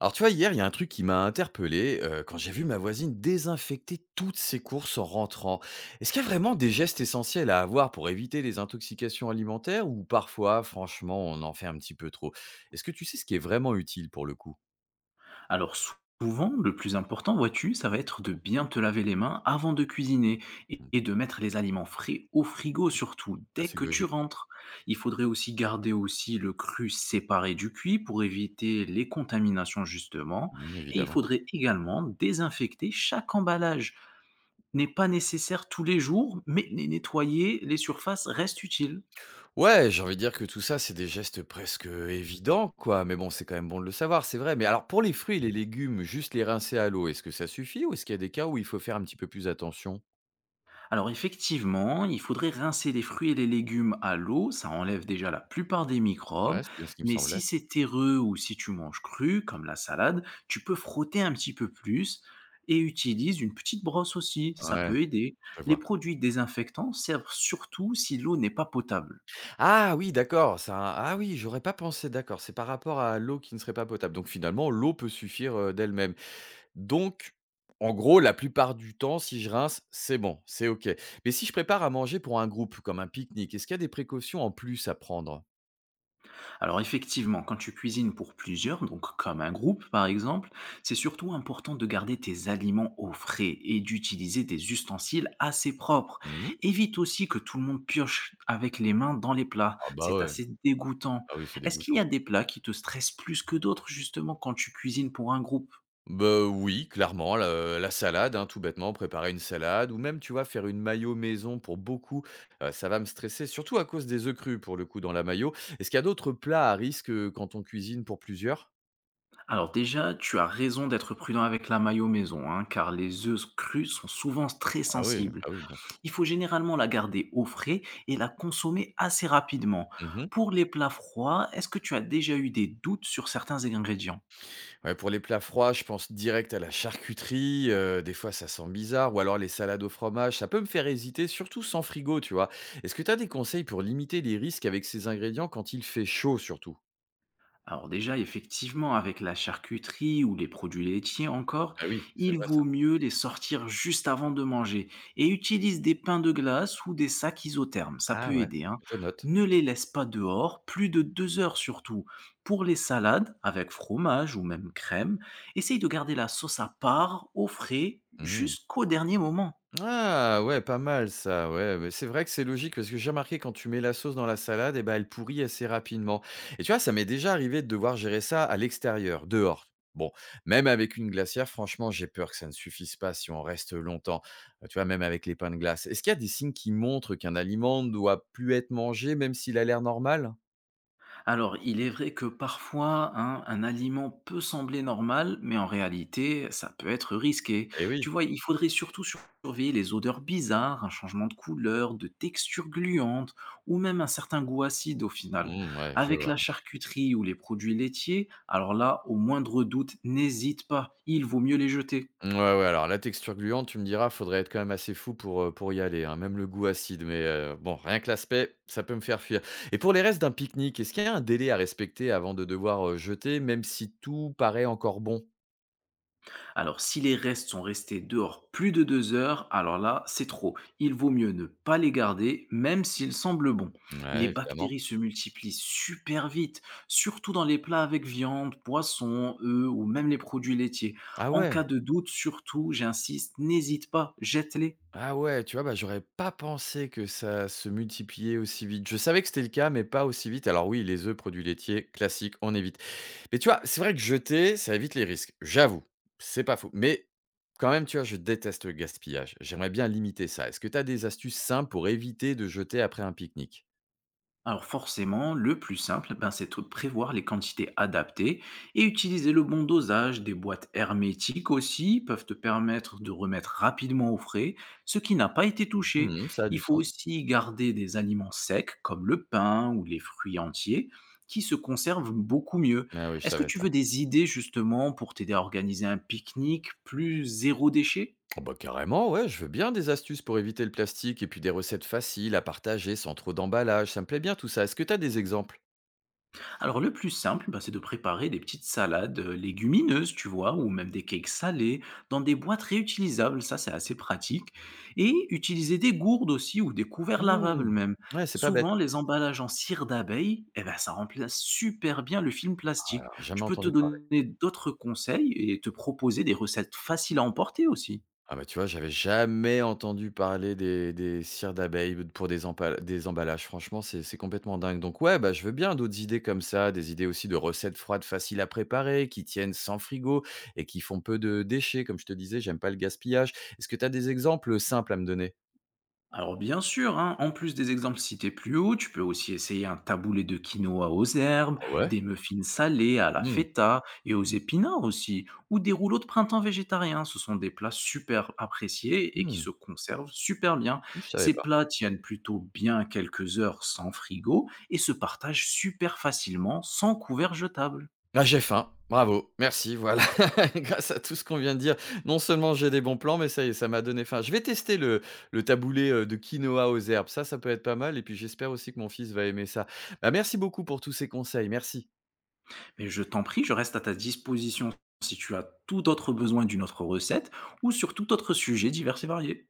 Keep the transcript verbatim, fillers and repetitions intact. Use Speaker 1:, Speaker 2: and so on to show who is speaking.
Speaker 1: Alors tu vois, hier, il y a un truc qui m'a interpellé euh, quand j'ai vu ma voisine désinfecter toutes ses courses en rentrant. Est-ce qu'il y a vraiment des gestes essentiels à avoir pour éviter les intoxications alimentaires ou parfois, franchement, on en fait un petit peu trop? Est-ce que tu sais ce qui est vraiment utile pour le coup?
Speaker 2: Alors sou- Souvent, le plus important, vois-tu, ça va être de bien te laver les mains avant de cuisiner et
Speaker 1: Hmm.
Speaker 2: et de mettre les aliments frais au frigo surtout
Speaker 1: Ça,
Speaker 2: dès
Speaker 1: c'est
Speaker 2: que tu
Speaker 1: logique.
Speaker 2: rentres. Il faudrait aussi garder aussi le cru séparé du cuit pour éviter les contaminations justement,
Speaker 1: Hmm.
Speaker 2: et il
Speaker 1: Évidemment.
Speaker 2: faudrait également désinfecter chaque emballage. N'est pas nécessaire tous les jours, mais les nettoyer les surfaces restent utiles.
Speaker 1: Ouais, j'ai envie de dire que tout ça, c'est des gestes presque évidents, quoi. Mais bon, c'est quand même bon de le savoir, c'est vrai. Mais alors, pour les fruits et les légumes, juste les rincer à l'eau, est-ce que ça suffit ou est-ce qu'il y a des cas où il faut faire un petit peu plus attention?
Speaker 2: Alors effectivement, il faudrait rincer les fruits et les légumes à l'eau, ça enlève déjà la plupart des microbes,
Speaker 1: Ouais, c'est bien ce qui me
Speaker 2: mais si
Speaker 1: semblait.
Speaker 2: c'est terreux ou si tu manges cru, comme la salade, tu peux frotter un petit peu plus et utilise une petite brosse aussi, ça
Speaker 1: Ouais,
Speaker 2: peut aider.
Speaker 1: je
Speaker 2: Les
Speaker 1: vois.
Speaker 2: produits désinfectants servent surtout si l'eau n'est pas potable.
Speaker 1: Ah oui, d'accord, ça, ah oui, j'aurais pas pensé, d'accord, c'est par rapport à l'eau qui ne serait pas potable. Donc finalement, l'eau peut suffire, heu, d'elle-même. Donc en gros, la plupart du temps, si je rince, c'est bon, c'est OK. Mais si je prépare à manger pour un groupe, comme un pique-nique, est-ce qu'il y a des précautions en plus à prendre?
Speaker 2: Alors effectivement, quand tu cuisines pour plusieurs, donc comme un groupe par exemple, c'est surtout important de garder tes aliments au frais et d'utiliser des ustensiles assez propres.
Speaker 1: Mmh.
Speaker 2: Évite aussi que tout le monde pioche avec les mains dans les plats,
Speaker 1: Ah bah
Speaker 2: c'est
Speaker 1: ouais,
Speaker 2: assez dégoûtant.
Speaker 1: ah oui, c'est
Speaker 2: Est-ce qu'il y
Speaker 1: dégoûtant.
Speaker 2: a des plats qui te stressent plus que d'autres justement quand tu cuisines pour un groupe?
Speaker 1: Bah, oui, clairement, le la salade, hein, tout bêtement, préparer une salade ou même, tu vois, faire une mayo maison pour beaucoup, heu, ça va me stresser, surtout à cause des œufs crus, pour le coup, dans la mayo. Est-ce qu'il y a d'autres plats à risque, heu, quand on cuisine pour plusieurs?
Speaker 2: Alors déjà, tu as raison d'être prudent avec la maillot maison, hein, car les œufs crus sont souvent très
Speaker 1: Ah oui,
Speaker 2: sensibles.
Speaker 1: ah oui, bien sûr.
Speaker 2: Il faut généralement la garder au frais et la consommer assez rapidement.
Speaker 1: Mmh.
Speaker 2: Pour les plats froids, est-ce que tu as déjà eu des doutes sur certains ingrédients?
Speaker 1: Ouais, pour les plats froids, je pense direct à la charcuterie, heu, des fois ça sent bizarre ou alors les salades au fromage, ça peut me faire hésiter, surtout sans frigo, tu vois? Est-ce que tu as des conseils pour limiter les risques avec ces ingrédients quand il fait chaud surtout?
Speaker 2: Alors déjà, effectivement, avec la charcuterie ou les produits laitiers encore,
Speaker 1: Ah oui, c'est
Speaker 2: il
Speaker 1: vrai
Speaker 2: vaut
Speaker 1: ça.
Speaker 2: mieux les sortir juste avant de manger et utilise des pains de glace ou des sacs isothermes, ça
Speaker 1: Ah
Speaker 2: peut
Speaker 1: ouais.
Speaker 2: aider, hein.
Speaker 1: Je note.
Speaker 2: Ne les laisse pas dehors, plus de deux heures surtout. Pour les salades, avec fromage ou même crème, essaye de garder la sauce à part, au frais,
Speaker 1: Mmh.
Speaker 2: jusqu'au dernier moment.
Speaker 1: Ah ouais, pas mal ça, ouais, mais c'est vrai que c'est logique parce que j'ai remarqué quand tu mets la sauce dans la salade, eh ben, elle pourrit assez rapidement. Et tu vois, ça m'est déjà arrivé de devoir gérer ça à l'extérieur, dehors. Bon, même avec une glacière, franchement, j'ai peur que ça ne suffise pas si on reste longtemps. Euh, Tu vois, même avec les pains de glace. Est-ce qu'il y a des signes qui montrent qu'un aliment ne doit plus être mangé, même s'il a l'air normal?
Speaker 2: Alors, il est vrai que parfois, hein, un aliment peut sembler normal, mais en réalité, ça peut être risqué.
Speaker 1: Eh
Speaker 2: Tu
Speaker 1: oui.
Speaker 2: vois, il faudrait surtout sur- surveiller les odeurs bizarres, un changement de couleur, de texture gluante, ou même un certain goût acide au final.
Speaker 1: Mm, ouais, je
Speaker 2: Avec
Speaker 1: vois.
Speaker 2: la charcuterie ou les produits laitiers, alors là, au moindre doute, n'hésite pas, il vaut mieux les jeter.
Speaker 1: Ouais, ouais, alors la texture gluante, tu me diras, faudrait être quand même assez fou pour, heu, pour y aller, hein, même le goût acide, mais heu, bon, rien que l'aspect, ça peut me faire fuir. Et pour les restes d'un pique-nique, est-ce qu'il y a un délai à respecter avant de devoir, heu, jeter, même si tout paraît encore bon?
Speaker 2: Alors, si les restes sont restés dehors plus de deux heures, alors là, c'est trop. Il vaut mieux ne pas les garder, même s'ils semblent bons. Les
Speaker 1: Ouais, évidemment.
Speaker 2: bactéries se multiplient super vite, surtout dans les plats avec viande, poisson, œufs ou même les produits laitiers.
Speaker 1: Ah
Speaker 2: En
Speaker 1: ouais!
Speaker 2: cas de doute, surtout, j'insiste, n'hésite pas, jette-les.
Speaker 1: Ah ouais, tu vois? Bah, j'aurais pas pensé que ça se multipliait aussi vite. Je savais que c'était le cas, mais pas aussi vite. Alors oui, les œufs, produits laitiers, classiques, on évite. Mais tu vois? C'est vrai que jeter, ça évite les risques. J'avoue, c'est pas faux. Mais quand même, tu vois? Je déteste le gaspillage. J'aimerais bien limiter ça. Est-ce que tu as des astuces simples pour éviter de jeter après un pique-nique?
Speaker 2: Alors forcément, le plus simple, ben, c'est de prévoir les quantités adaptées et utiliser le bon dosage. Des boîtes hermétiques aussi peuvent te permettre de remettre rapidement au frais ce qui n'a pas été touché.
Speaker 1: Mmh, ça a
Speaker 2: Il
Speaker 1: du
Speaker 2: faut
Speaker 1: sens.
Speaker 2: aussi garder des aliments secs comme le pain ou les fruits entiers qui se conservent beaucoup mieux.
Speaker 1: Ah oui, je
Speaker 2: Est-ce que
Speaker 1: savais
Speaker 2: tu veux
Speaker 1: ça.
Speaker 2: des idées justement pour t'aider à organiser un pique-nique plus zéro déchet?
Speaker 1: Oh bah carrément, ouais, je veux bien des astuces pour éviter le plastique et puis des recettes faciles à partager sans trop d'emballage. Ça me plaît bien tout ça. Est-ce que tu as des exemples?
Speaker 2: Alors le plus simple, bah, c'est de préparer des petites salades euh, légumineuses, tu vois, ou même des cakes salés dans des boîtes réutilisables, ça c'est assez pratique. Et utiliser des gourdes aussi ou des couverts lavables
Speaker 1: Mmh.
Speaker 2: même.
Speaker 1: Ouais, c'est pas bête.
Speaker 2: Souvent, les emballages en cire d'abeille, eh ben, ça remplace super bien le film
Speaker 1: Ah,
Speaker 2: plastique.
Speaker 1: alors,
Speaker 2: Je
Speaker 1: jamais
Speaker 2: peux te
Speaker 1: entendu parler.
Speaker 2: donner d'autres conseils et te proposer des recettes faciles à emporter aussi.
Speaker 1: Ah bah, tu vois, j'avais jamais entendu parler des des cires d'abeilles pour des empa des emballages. Franchement, c'est c'est complètement dingue. Donc ouais, bah, je veux bien d'autres idées comme ça, des idées aussi de recettes froides faciles à préparer, qui tiennent sans frigo et qui font peu de déchets. Comme je te disais, j'aime pas le gaspillage. Est-ce que tu as des exemples, simples à me donner?
Speaker 2: Alors bien sûr, hein, en plus des exemples cités plus haut, tu peux aussi essayer un taboulé de quinoa aux herbes,
Speaker 1: Ah ouais?
Speaker 2: des muffins salés à la
Speaker 1: Mmh.
Speaker 2: feta et aux épinards aussi, ou des rouleaux de printemps végétariens. Ce sont des plats super appréciés et qui se
Speaker 1: Mmh.
Speaker 2: conservent super bien.
Speaker 1: Je savais
Speaker 2: Ces
Speaker 1: pas.
Speaker 2: plats tiennent plutôt bien quelques heures sans frigo et se partagent super facilement sans couvert jetable.
Speaker 1: Ah j'ai faim. Bravo, merci, voilà. Grâce à tout ce qu'on vient de dire, non seulement j'ai des bons plans, mais ça y est, ça m'a donné faim. Je vais tester le, le taboulé euh, de quinoa aux herbes. Ça, ça peut être pas mal. Et puis, j'espère aussi que mon fils va aimer ça. Bah, merci beaucoup pour tous ces conseils. Merci.
Speaker 2: Mais je t'en prie, je reste à ta disposition si tu as tout autre besoin d'une autre recette ou sur tout autre sujet divers et varié.